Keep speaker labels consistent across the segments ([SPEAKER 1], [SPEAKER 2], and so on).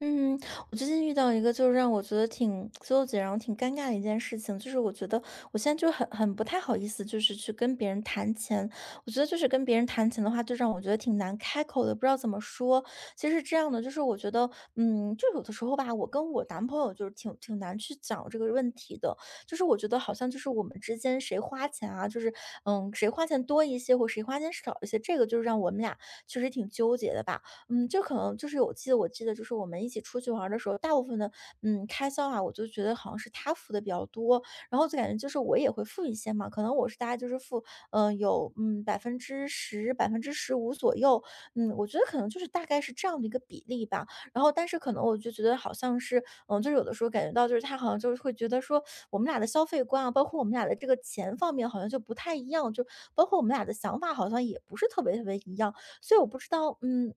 [SPEAKER 1] 嗯，我最近遇到一个就是让我觉得挺纠结，然后挺尴尬的一件事情，就是我觉得我现在就很不太好意思，就是去跟别人谈钱。我觉得就是跟别人谈钱的话，就让我觉得挺难开口的，不知道怎么说。其实是这样的，就是我觉得，就有的时候吧，我跟我男朋友就是挺难去讲这个问题的，就是我觉得好像就是我们之间谁花钱啊，就是谁花钱多一些或谁花钱少一些，这个就是让我们俩确实挺纠结的吧。就可能就是我记得就是我们一起出去玩儿的时候，大部分的，开销啊，我就觉得好像是他付的比较多，然后就感觉就是我也会付一些嘛，可能我是大概就是付，有，百分之十、15%左右，我觉得可能就是大概是这样的一个比例吧。然后但是可能我就觉得好像是，就是有的时候感觉到就是他好像就是会觉得说我们俩的消费观啊，包括我们俩的这个钱方面好像就不太一样，就包括我们俩的想法好像也不是特别特别一样，所以我不知道，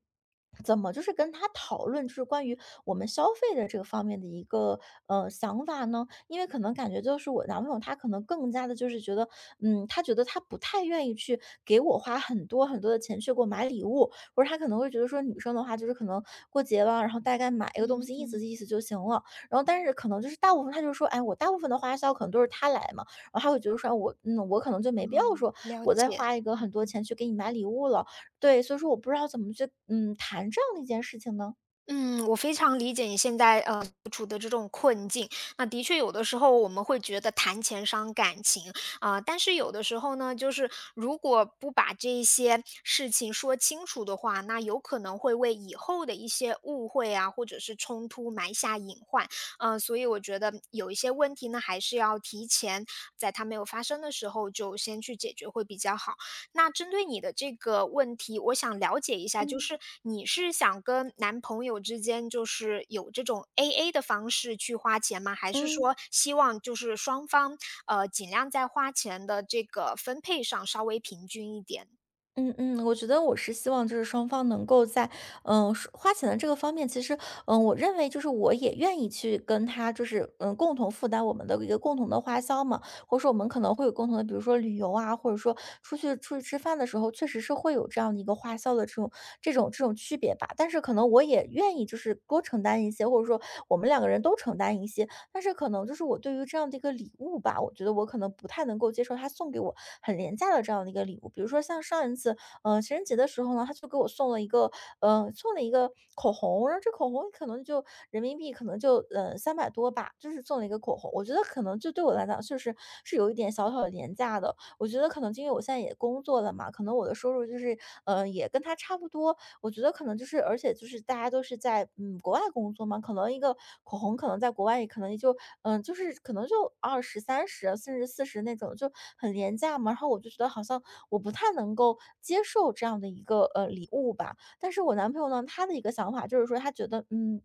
[SPEAKER 1] 怎么就是跟他讨论，就是关于我们消费的这个方面的一个想法呢？因为可能感觉就是我男朋友他可能更加的就是觉得，他觉得他不太愿意去给我花很多很多的钱去给我买礼物，或者他可能会觉得说女生的话就是可能过节了，然后大概买一个东
[SPEAKER 2] 嗯
[SPEAKER 1] 西意思
[SPEAKER 2] 嗯，
[SPEAKER 1] 意思就行了。然后但是可能就是大部分他就说，哎，我大部分的花销可能都是他来嘛，然后他会觉得说哎我可能就没必要说
[SPEAKER 2] 了
[SPEAKER 1] 我再
[SPEAKER 2] 解，
[SPEAKER 1] 花一个很多
[SPEAKER 2] 嗯
[SPEAKER 1] 钱去给你买礼物了，对，所以说我不知道怎么去，谈这样的一件事情呢？
[SPEAKER 2] 嗯，我非常理解你现在处的这种困境。那的确，有的时候我们会觉得谈钱伤感情啊、但是有的时候呢，就是如果不把这一些事情说清楚的话，那有可能会为以后的一些误会啊，或者是冲突埋下隐患。嗯、所以我觉得有一些问题呢，还是要提前在它没有发生的时候就先去解决会比较好。那针对你的这个问题，我想了解一下，就
[SPEAKER 1] 嗯
[SPEAKER 2] 是你是想跟男朋友之间就是有这种 AA 的方式去花钱吗？还是
[SPEAKER 1] 嗯，
[SPEAKER 2] 说希望就是双方，尽量在花钱的这个分配上稍微平均一点？
[SPEAKER 1] 嗯嗯，我觉得我是希望就是双方能够在，花钱的这个方面，其实，我认为就是我也愿意去跟他，就是，共同负担我们的一个共同的花销嘛，或者说我们可能会有共同的，比如说旅游啊，或者说出去吃饭的时候，确实是会有这样的一个花销的这种区别吧。但是可能我也愿意就是多承担一些，或者说我们两个人都承担一些，但是可能就是我对于这样的一个礼物吧，我觉得我可能不太能够接受他送给我很廉价的这样的一个礼物。比如说像上一次，情人节的时候呢，他就给我送了一个，送了一个口红，然后这口红可能就人民币可能就300多吧，就是送了一个口红。我觉得可能就对我来讲，确实是有一点小小的廉价的。我觉得可能因为我现在也工作了嘛，可能我的收入就是也跟他差不多，我觉得可能就是，而且就是大家都是在国外工作嘛，可能一个口红可能在国外也可能也就就是可能就2030甚至40那种就很廉价嘛，然后我就觉得好像我不太能够接受这样的一个礼物吧。但是我男朋友呢，他的一个想法就是说，他觉得嗯。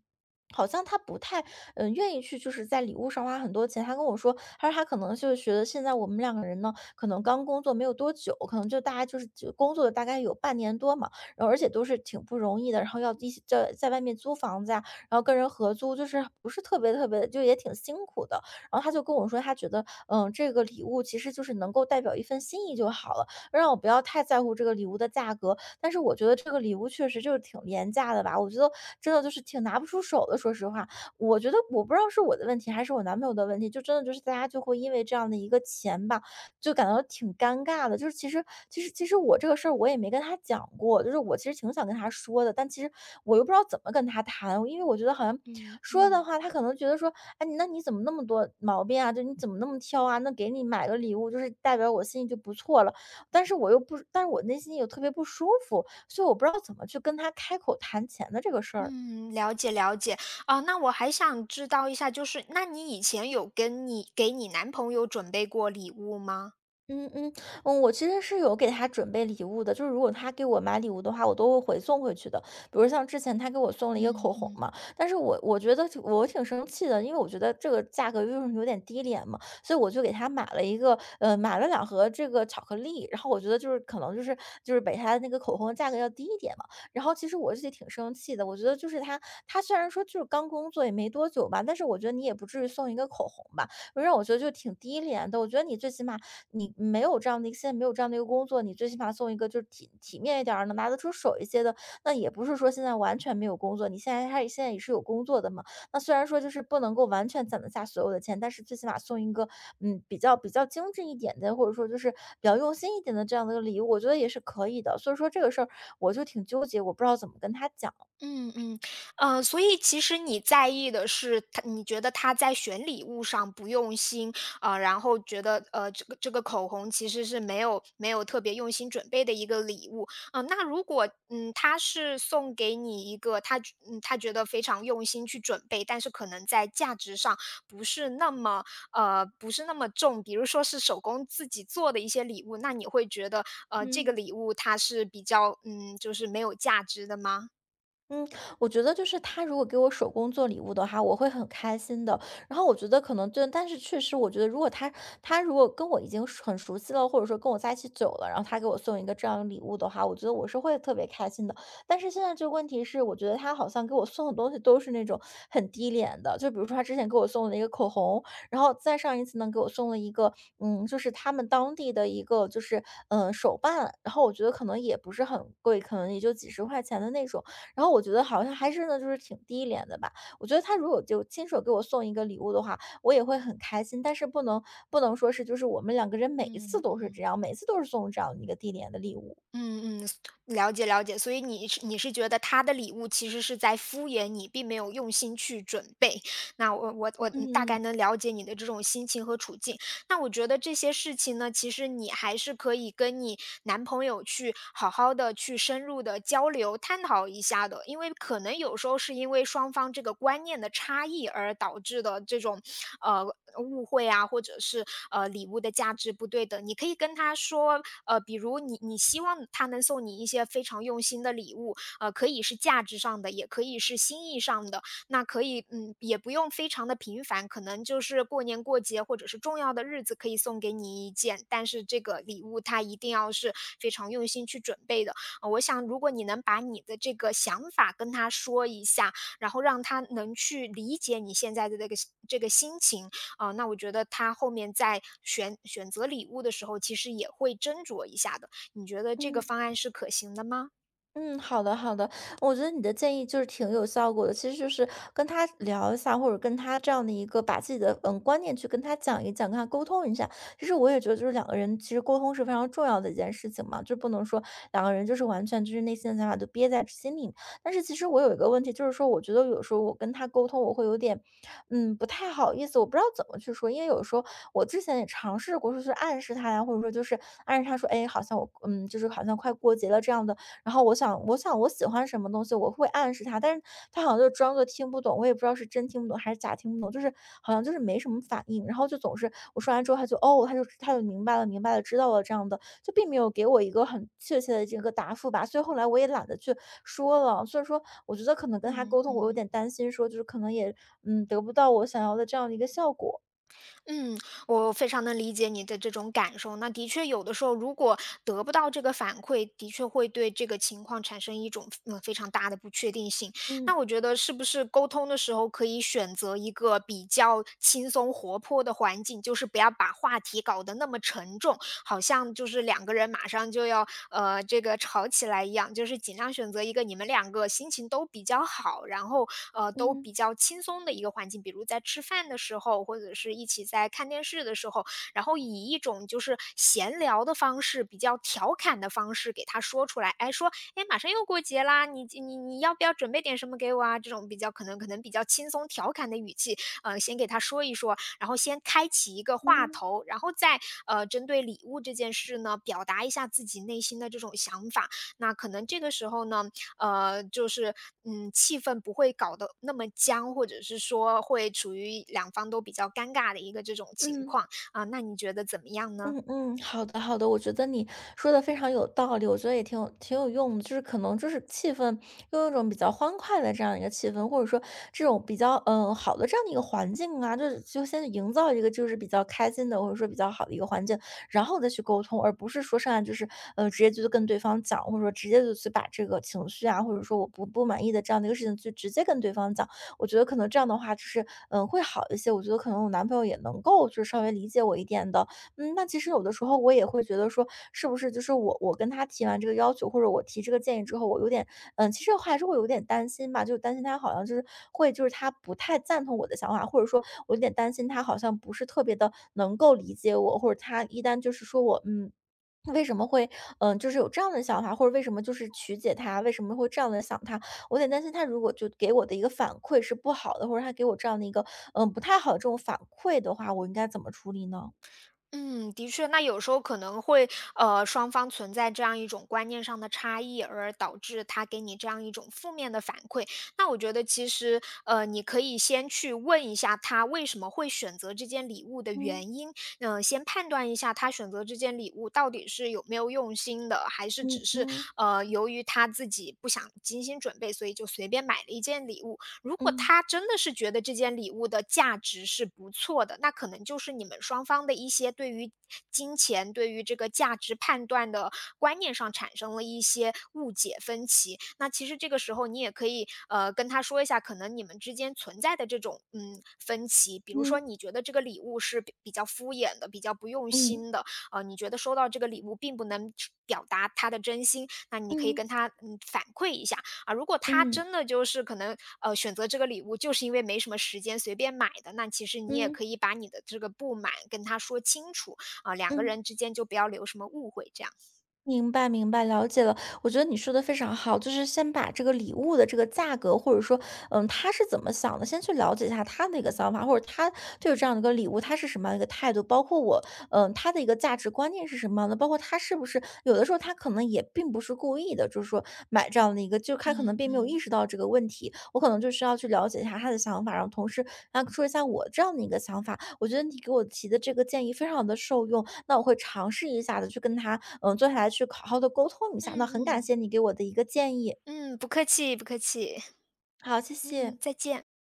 [SPEAKER 1] 好像他不太，愿意去就是在礼物上花很多钱。他跟我说，他说他可能就是觉得现在我们两个人呢，可能刚工作没有多久，可能就大家就是就工作了大概有半年多嘛，然后而且都是挺不容易的，然后要一起在外面租房子呀，然后跟人合租，就是不是特别特别的就也挺辛苦的。然后他就跟我说，他觉得，这个礼物其实就是能够代表一份心意就好了，让我不要太在乎这个礼物的价格。但是我觉得这个礼物确实就是挺廉价的吧，我觉得真的就是挺拿不出手的。说实话，我觉得我不知道是我的问题还是我男朋友的问题，就真的就是大家就会因为这样的一个钱吧，就感到挺尴尬的。就是其实我这个事儿我也没跟他讲过，就是我其实挺想跟他说的，但其实我又不知道怎么跟他谈，因为我觉得好像
[SPEAKER 2] 嗯
[SPEAKER 1] 说的
[SPEAKER 2] 嗯。
[SPEAKER 1] 话，他可能觉得说，哎，那你怎么那么多毛病啊？就你怎么那么挑啊？那给你买个礼物，就是代表我心里就不错了。但是我内心又特别不舒服，所以我不知道怎么去跟他开口谈钱的这个事儿。
[SPEAKER 2] 嗯，了解了解。啊，那我还想知道一下，就是那你以前有跟你给你男朋友准备过礼物吗？
[SPEAKER 1] 嗯嗯，我其实是有给他准备礼物的，就是如果他给我买礼物的话，我都会回送回去的。比如像之前他给我送了一个口
[SPEAKER 2] 嗯
[SPEAKER 1] 红
[SPEAKER 2] 嗯。
[SPEAKER 1] 嘛，但是我觉得挺生气的，因为我觉得这个价格就是有点低廉嘛，所以我就给他买了一个，买了两盒这个巧克力，然后我觉得就是可能就是比他那个口红的价格要低一点嘛。然后其实我自己挺生气的，我觉得就是他虽然说就是刚工作也没多久吧，但是我觉得你也不至于送一个口红吧。让我觉得就挺低廉的。我觉得你最起码你没有这样的一个现在没有这样的一个工作，你最起码送一个就是体面一点儿、能拿得出手一些的。那也不是说现在完全没有工作，你现在也是有工作的嘛。那虽然说就是不能够完全攒得下所有的钱，但是最起码送一个比较精致一点的，或者说就是比较用心一点的这样的一个礼物，我觉得也是可以的。所以说这个事儿我就挺纠结，我不知道怎么跟他讲。
[SPEAKER 2] 嗯嗯，呃，所以其实你在意的是他，你觉得他在选礼物上不用心啊，然后觉得，这个口红其实是没有特别用心准备的一个礼物啊。那如果嗯，他是送给你一个他觉得非常用心去准备，但是可能在价值上不是那么不是那么重，比如说是手工自己做的一些礼物，那你会觉得这个
[SPEAKER 1] 嗯，
[SPEAKER 2] 礼物它是比较就是没有价值的吗？
[SPEAKER 1] 嗯，我觉得就是他如果给我手工做礼物的话，我会很开心的。然后我觉得可能就，但是确实，我觉得如果他如果跟我已经很熟悉了，或者说跟我在一起久了，然后他给我送一个这样的礼物的话，我觉得我是会特别开心的。但是现在这个问题是，我觉得他好像给我送的东西都是那种很低廉的，就比如说他之前给我送了一个口红，然后再上一次呢给我送了一个，就是他们当地的一个就是手办，然后我觉得可能也不是很贵，可能也就几十块钱的那种。然后我觉得好像还是呢，就是挺低廉的吧。我觉得他如果就亲手给我送一个礼物的话，我也会很开心。但是不能说是就是我们两个人每一次
[SPEAKER 2] 嗯
[SPEAKER 1] 都是这
[SPEAKER 2] 嗯
[SPEAKER 1] 样，每一次都是送这样一个低廉的礼物。
[SPEAKER 2] 嗯嗯，了解了解。所以你是觉得他的礼物其实是在敷衍你，并没有用心去准备。那我嗯大概
[SPEAKER 1] 嗯
[SPEAKER 2] 能了解你的这种心情和处境。那我觉得这些事情呢，其实你还是可以跟你男朋友去好好的深入的交流探讨一下的，因为可能有时候是因为双方这个观念的差异而导致的这种呃误会啊，或者是礼物的价值不对等。你可以跟他说，呃，比如你希望他能送你一些非常用心的礼物，呃，可以是价值上的，也可以是心意上的，那可以，嗯，也不用非常的频繁，可能就是过年过节或者是重要的日子可以送给你一件，但是这个礼物他一定要是非常用心去准备的。呃，我想如果你能把你的这个想法跟他说一下，然后让他能去理解你现在的这个心情，啊，那我觉得他后面在选择礼物的时候，其实也会斟酌一下的。你觉得这个
[SPEAKER 1] 嗯。
[SPEAKER 2] 方案是可行的吗？
[SPEAKER 1] 嗯，好的好的，我觉得你的建议就是挺有效果的。其实就是跟他聊一下，或者跟他这样的一个把自己的观念去跟他讲一讲，跟他沟通一下。其实我也觉得，就是两个人其实沟通是非常重要的一件事情嘛，就不能说两个人就是完全就是内心的想法都憋在心里。但是其实我有一个问题，就是说我觉得有时候我跟他沟通，我会有点不太好意思，我不知道怎么去说，因为有时候我之前也尝试过，说去暗示他呀，或者说就是暗示他说，哎，好像我就是好像快过节了这样的。然后我想我喜欢什么东西，我会暗示他，但是他好像就装作听不懂，我也不知道是真听不懂还是假听不懂，就是好像就是没什么反应。然后就总是我说完之后，他就哦，他就明白了，明白了，知道了这样的，就并没有给我一个很确切的这个答复吧。所以后来我也懒得去说了，所以说我觉得可能跟他
[SPEAKER 2] 嗯
[SPEAKER 1] 沟通，我有
[SPEAKER 2] 嗯。
[SPEAKER 1] 点担心说就是可能也得不到我想要的这样的一个效果。
[SPEAKER 2] 嗯，我非常能理解你的这种感受。那的确有的时候，如果得不到这个反馈，的确会对这个情况产生一种嗯非常大的不确定性。
[SPEAKER 1] 嗯
[SPEAKER 2] 那我觉得是不是沟通的时候可以选择一个比较轻松活泼的环境，就是不要把话题搞得那么沉重。好像就是两个人马上就要这个吵起来一样，就是尽量选择一个你们两个心情都比较好，然后都
[SPEAKER 1] 嗯
[SPEAKER 2] 比较轻松的一个环境，比如在吃饭的时候，或者是一起在看电视的时候，然后以一种就是闲聊的方式，比较调侃的方式给他说出来，哎，说，哎，马上又过节啦，你要不要准备点什么给我啊？这种比较可能比较轻松调侃的语气，呃，先给他说一说，然后先开启一个话
[SPEAKER 1] 嗯
[SPEAKER 2] 头，然后再针对礼物这件事呢，表达一下自己内心的这种想法。那可能这个时候呢，就是嗯，气氛不会搞得那么僵，或者是说会处于两方都比较尴尬的一个这种情
[SPEAKER 1] 嗯。
[SPEAKER 2] 况啊、那你觉得怎么样呢？
[SPEAKER 1] 嗯嗯，好的好的，我觉得你说的非常有道理，我觉得也挺有用的，就是可能就是气氛用一种比较欢快的这样一个气氛，或者说这种比较好的这样的一个环境啊，就是就先营造一个就是比较开心的或者说比较好的一个环境，然后再去沟通，而不是说上来就是直接就跟对方讲，或者说直接就去把这个情绪啊，或者说我不满意的这样的一个事情去直接跟对方讲，我觉得可能这样的话就是会好一些，我觉得可能我男朋友也能够就是稍微理解我一点的，嗯，那其实有的时候我也会觉得说，是不是就是我跟他提完这个要求，或者我提这个建议之后，我有点，嗯，其实还是会有点担心吧，就担心他好像就是会，就是他不太赞同我的想法，或者说我有点担心他好像不是特别的能够理解我，或者他一旦就是说我，嗯。为什么会，嗯，就是有这样的想法，或者为什么就是曲解他，为什么会这样的想他？我有点担心他如果就给我的一个反馈是不好的，或者他给我这样的一个，嗯，不太好的这种反馈的话，我应该怎么处理呢？
[SPEAKER 2] 嗯，的确，那有时候可能会，呃，双方存在这样一种观念上的差异，而导致他给你这样一种负面的反馈。那我觉得其实，呃，你可以先去问一下他为什么会选择这件礼物的
[SPEAKER 1] 嗯。
[SPEAKER 2] 原因，嗯、先判断一下他选择这件礼物到底是有没有用心的，还是
[SPEAKER 1] 嗯
[SPEAKER 2] 只是
[SPEAKER 1] 嗯
[SPEAKER 2] 由于他自己不想精心准备，所以就随便买了一件礼物。如果
[SPEAKER 1] 嗯
[SPEAKER 2] 他真的是觉得这件礼物的价值是不错的，那可能就是你们双方的一些对于金钱、对于这个价值判断的观念上产生了一些误解分歧。那其实这个时候你也可以跟他说一下，可能你们之间存在的这种嗯分歧，比如说
[SPEAKER 1] 嗯
[SPEAKER 2] 你觉得这个礼物是比较敷衍的、比较不用
[SPEAKER 1] 嗯
[SPEAKER 2] 心的，呃，你觉得收到这个礼物并不能表达他的真心，那你可以
[SPEAKER 1] 嗯
[SPEAKER 2] 跟他嗯反馈一下。啊，如果他
[SPEAKER 1] 嗯
[SPEAKER 2] 真的就是可能，呃，选择这个礼物就是因为没什么时间随便买的，那其实你也
[SPEAKER 1] 嗯
[SPEAKER 2] 可以把你的这个不满跟他说清楚，啊，两个
[SPEAKER 1] 嗯，
[SPEAKER 2] 人之间就不要留什么误会这样。
[SPEAKER 1] 明白明白，了解了。我觉得你说的非常好，就是先把这个礼物的这个价格，或者说，嗯，他是怎么想的，先去了解一下他的一个想法，或者他对这样的一个礼物，他是什么样的一个态度，包括我，嗯，他的一个价值观念是什么样的，包括他是不是有的时候他可能也并不是故意的，就是说买这样的一个，就他可能
[SPEAKER 2] 嗯
[SPEAKER 1] 并没有意
[SPEAKER 2] 嗯。
[SPEAKER 1] 识到这个问题，我可能就需要去了解一下他的想法，然后同时啊说一下我这样的一个想法。我觉得你给我提的这个建议非常的受用，那我会尝试一下的，去跟他坐下来去好好的沟通一下。那
[SPEAKER 2] 嗯
[SPEAKER 1] 很感
[SPEAKER 2] 嗯，
[SPEAKER 1] 谢你给我的一个建议，
[SPEAKER 2] 嗯，不客气不客气，
[SPEAKER 1] 好，谢谢。
[SPEAKER 2] 嗯，再见。